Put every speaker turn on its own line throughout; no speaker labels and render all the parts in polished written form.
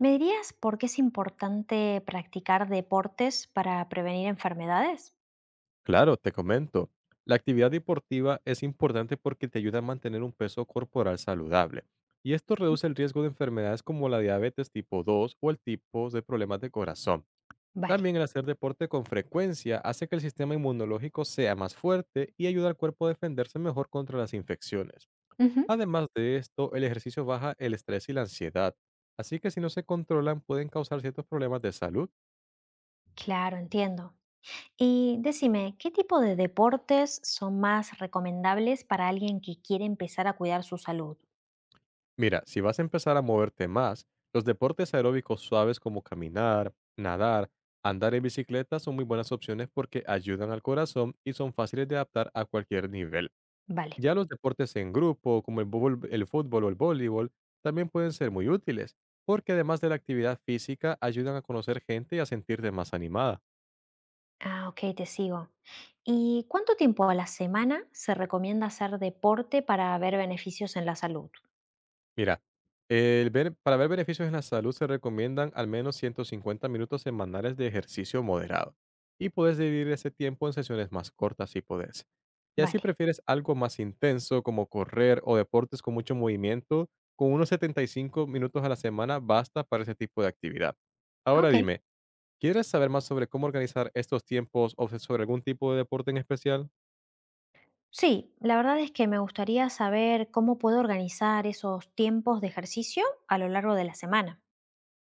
¿Me dirías por qué es importante practicar deportes para prevenir enfermedades?
Claro, te comento. La actividad deportiva es importante porque te ayuda a mantener un peso corporal saludable. Y esto
Ujú.
reduce el riesgo de enfermedades como la diabetes tipo 2 o el tipo de problemas de corazón.
Vale.
También el hacer deporte con frecuencia hace que el sistema inmunológico sea más fuerte y ayuda al cuerpo a defenderse mejor contra las infecciones.
Ujú.
Además de esto, el ejercicio baja el estrés y la ansiedad, así que si no se controlan pueden causar ciertos problemas de salud.
Claro, entiendo. Y decime, ¿qué tipo de deportes son más recomendables para alguien que quiere empezar a cuidar su salud?
Mira, si vas a empezar a moverte más, los deportes aeróbicos suaves como caminar, nadar, andar en bicicleta son muy buenas opciones porque ayudan al corazón y son fáciles de adaptar a cualquier nivel.
Vale.
Ya los deportes en grupo, como el fútbol o el voleibol, también pueden ser muy útiles, porque además de la actividad física, ayudan a conocer gente y a sentirte más animada.
Ah, ok, te sigo. ¿Y cuánto tiempo a la semana se recomienda hacer deporte para ver beneficios en la salud?
Mira, para ver beneficios en la salud se recomiendan al menos 150 minutos semanales de ejercicio moderado y puedes dividir ese tiempo en sesiones más cortas si puedes. Y así
Vale.
prefieres algo más intenso como correr o deportes con mucho movimiento, con unos 75 minutos a la semana basta para ese tipo de actividad. Ahora
Ok.
dime, ¿quieres saber más sobre cómo organizar estos tiempos o sobre algún tipo de deporte en especial?
Sí, la verdad es que me gustaría saber cómo puedo organizar esos tiempos de ejercicio a lo largo de la semana.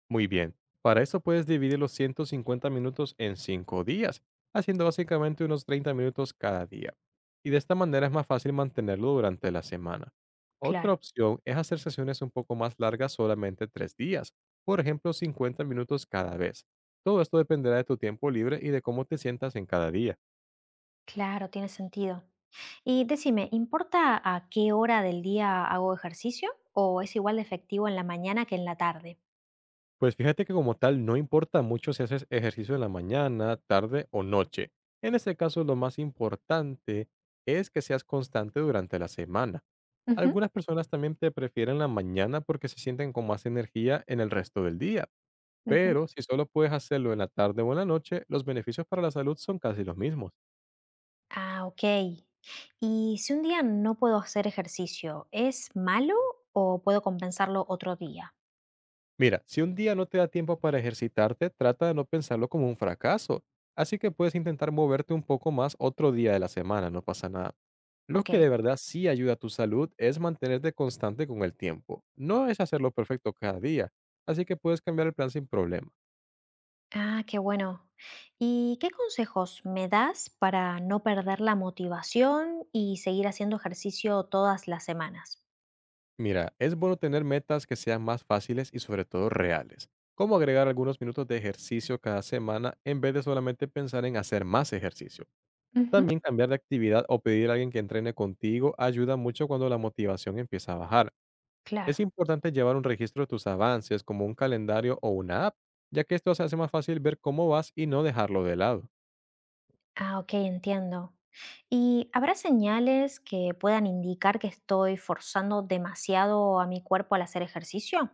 Muy bien. Para eso puedes dividir los 150 minutos en 5 días, haciendo básicamente unos 30 minutos cada día. Y de esta manera es más fácil mantenerlo durante la semana. Otra
Claro,
opción es hacer sesiones un poco más largas solamente 3 días, por ejemplo 50 minutos cada vez. Todo esto dependerá de tu tiempo libre y de cómo te sientas en cada día.
claro, tiene sentido. Y decime, ¿importa a qué hora del día hago ejercicio o es igual de efectivo en la mañana que en la tarde?
Pues fíjate que como tal no importa mucho si haces ejercicio en la mañana, tarde o noche. En este caso lo más importante es que seas constante durante la semana.
Ujú,
Algunas personas también te prefieren la mañana porque se sienten con más energía en el resto del día,
ujú.
pero si solo puedes hacerlo en la tarde o en la noche, los beneficios para la salud son casi los mismos.
Ah, ok. Y si un día no puedo hacer ejercicio, ¿es malo o puedo compensarlo otro día?
Mira, si un día no te da tiempo para ejercitarte, trata de no pensarlo como un fracaso. Así que puedes intentar moverte un poco más otro día de la semana, no pasa nada. Lo
Ok.
que de verdad sí ayuda a tu salud es mantenerte constante con el tiempo. No es hacerlo perfecto cada día, así que puedes cambiar el plan sin problema.
Ah, qué bueno. ¿Y qué consejos me das para no perder la motivación y seguir haciendo ejercicio todas las semanas?
Mira, es bueno tener metas que sean más fáciles y sobre todo reales, como agregar algunos minutos de ejercicio cada semana en vez de solamente pensar en hacer más ejercicio.
Ujú.
También cambiar de actividad o pedir a alguien que entrene contigo ayuda mucho cuando la motivación empieza a bajar. Es
Claro.
importante llevar un registro de tus avances como un calendario o una app, ya que esto se hace más fácil ver cómo vas y no dejarlo de lado.
Ah, ok, entiendo. ¿Y habrá señales que puedan indicar que estoy forzando demasiado a mi cuerpo al hacer ejercicio?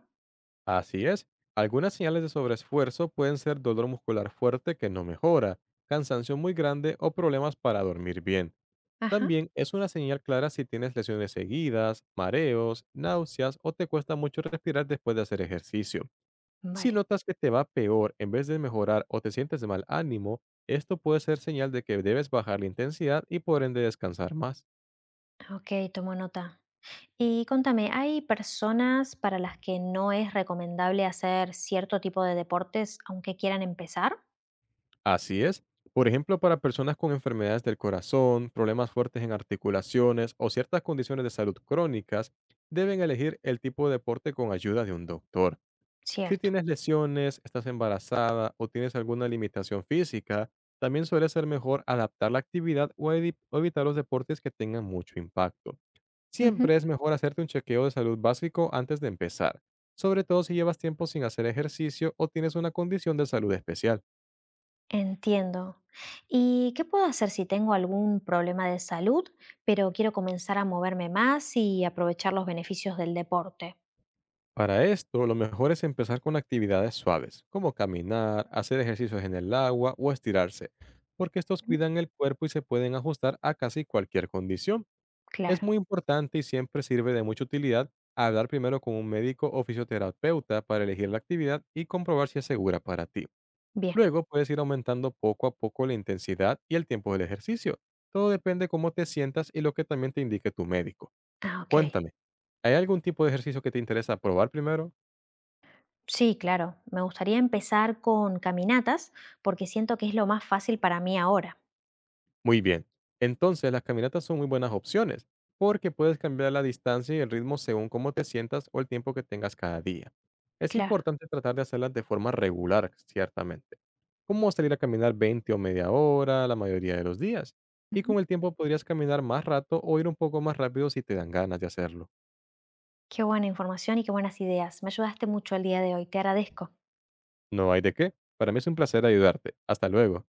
Así es, algunas señales de sobreesfuerzo pueden ser dolor muscular fuerte que no mejora, cansancio muy grande o problemas para dormir bien.
Ajá.
También es una señal clara si tienes lesiones seguidas, mareos, náuseas o te cuesta mucho respirar después de hacer ejercicio. Si
Vale,
notas que te va peor en vez de mejorar o te sientes de mal ánimo, esto puede ser señal de que debes bajar la intensidad y por ende descansar más.
ok, tomo nota. Y contame, ¿hay personas para las que no es recomendable hacer cierto tipo de deportes aunque quieran empezar?
Así es. Por ejemplo, para personas con enfermedades del corazón, problemas fuertes en articulaciones o ciertas condiciones de salud crónicas, deben elegir el tipo de deporte con ayuda de un doctor. Si
Cierto.
tienes lesiones, estás embarazada o tienes alguna limitación física, también suele ser mejor adaptar la actividad o evitar los deportes que tengan mucho impacto. Siempre es mejor hacerte un chequeo de salud básico antes de empezar, sobre todo si llevas tiempo sin hacer ejercicio o tienes una condición de salud especial.
Entiendo. ¿Y qué puedo hacer si tengo algún problema de salud, pero quiero comenzar a moverme más y aprovechar los beneficios del deporte?
Para esto, lo mejor es empezar con actividades suaves, como caminar, hacer ejercicios en el agua o estirarse, porque estos
Ujú.
cuidan el cuerpo y se pueden ajustar a casi cualquier condición. Es
Claro,
muy importante y siempre sirve de mucha utilidad hablar primero con un médico o fisioterapeuta para elegir la actividad y comprobar si es segura para ti.
bien.
Luego puedes ir aumentando poco a poco la intensidad y el tiempo del ejercicio. Todo depende cómo te sientas y lo que también te indique tu médico.
Ah, ok.
Cuéntame, ¿hay algún tipo de ejercicio que te interesa probar primero?
Sí, claro. Me gustaría empezar con caminatas porque siento que es lo más fácil para mí ahora.
Muy bien. Entonces, las caminatas son muy buenas opciones porque puedes cambiar la distancia y el ritmo según cómo te sientas o el tiempo que tengas cada día. Es
Claro.
importante tratar de hacerlas de forma regular, ciertamente. Como salir a caminar 20 o media hora la mayoría de los días. Y
Ujú.
con el tiempo podrías caminar más rato o ir un poco más rápido si te dan ganas de hacerlo.
Qué buena información y qué buenas ideas. Me ayudaste mucho el día de hoy. Te agradezco.
No hay de qué. Para mí es un placer ayudarte. Hasta luego.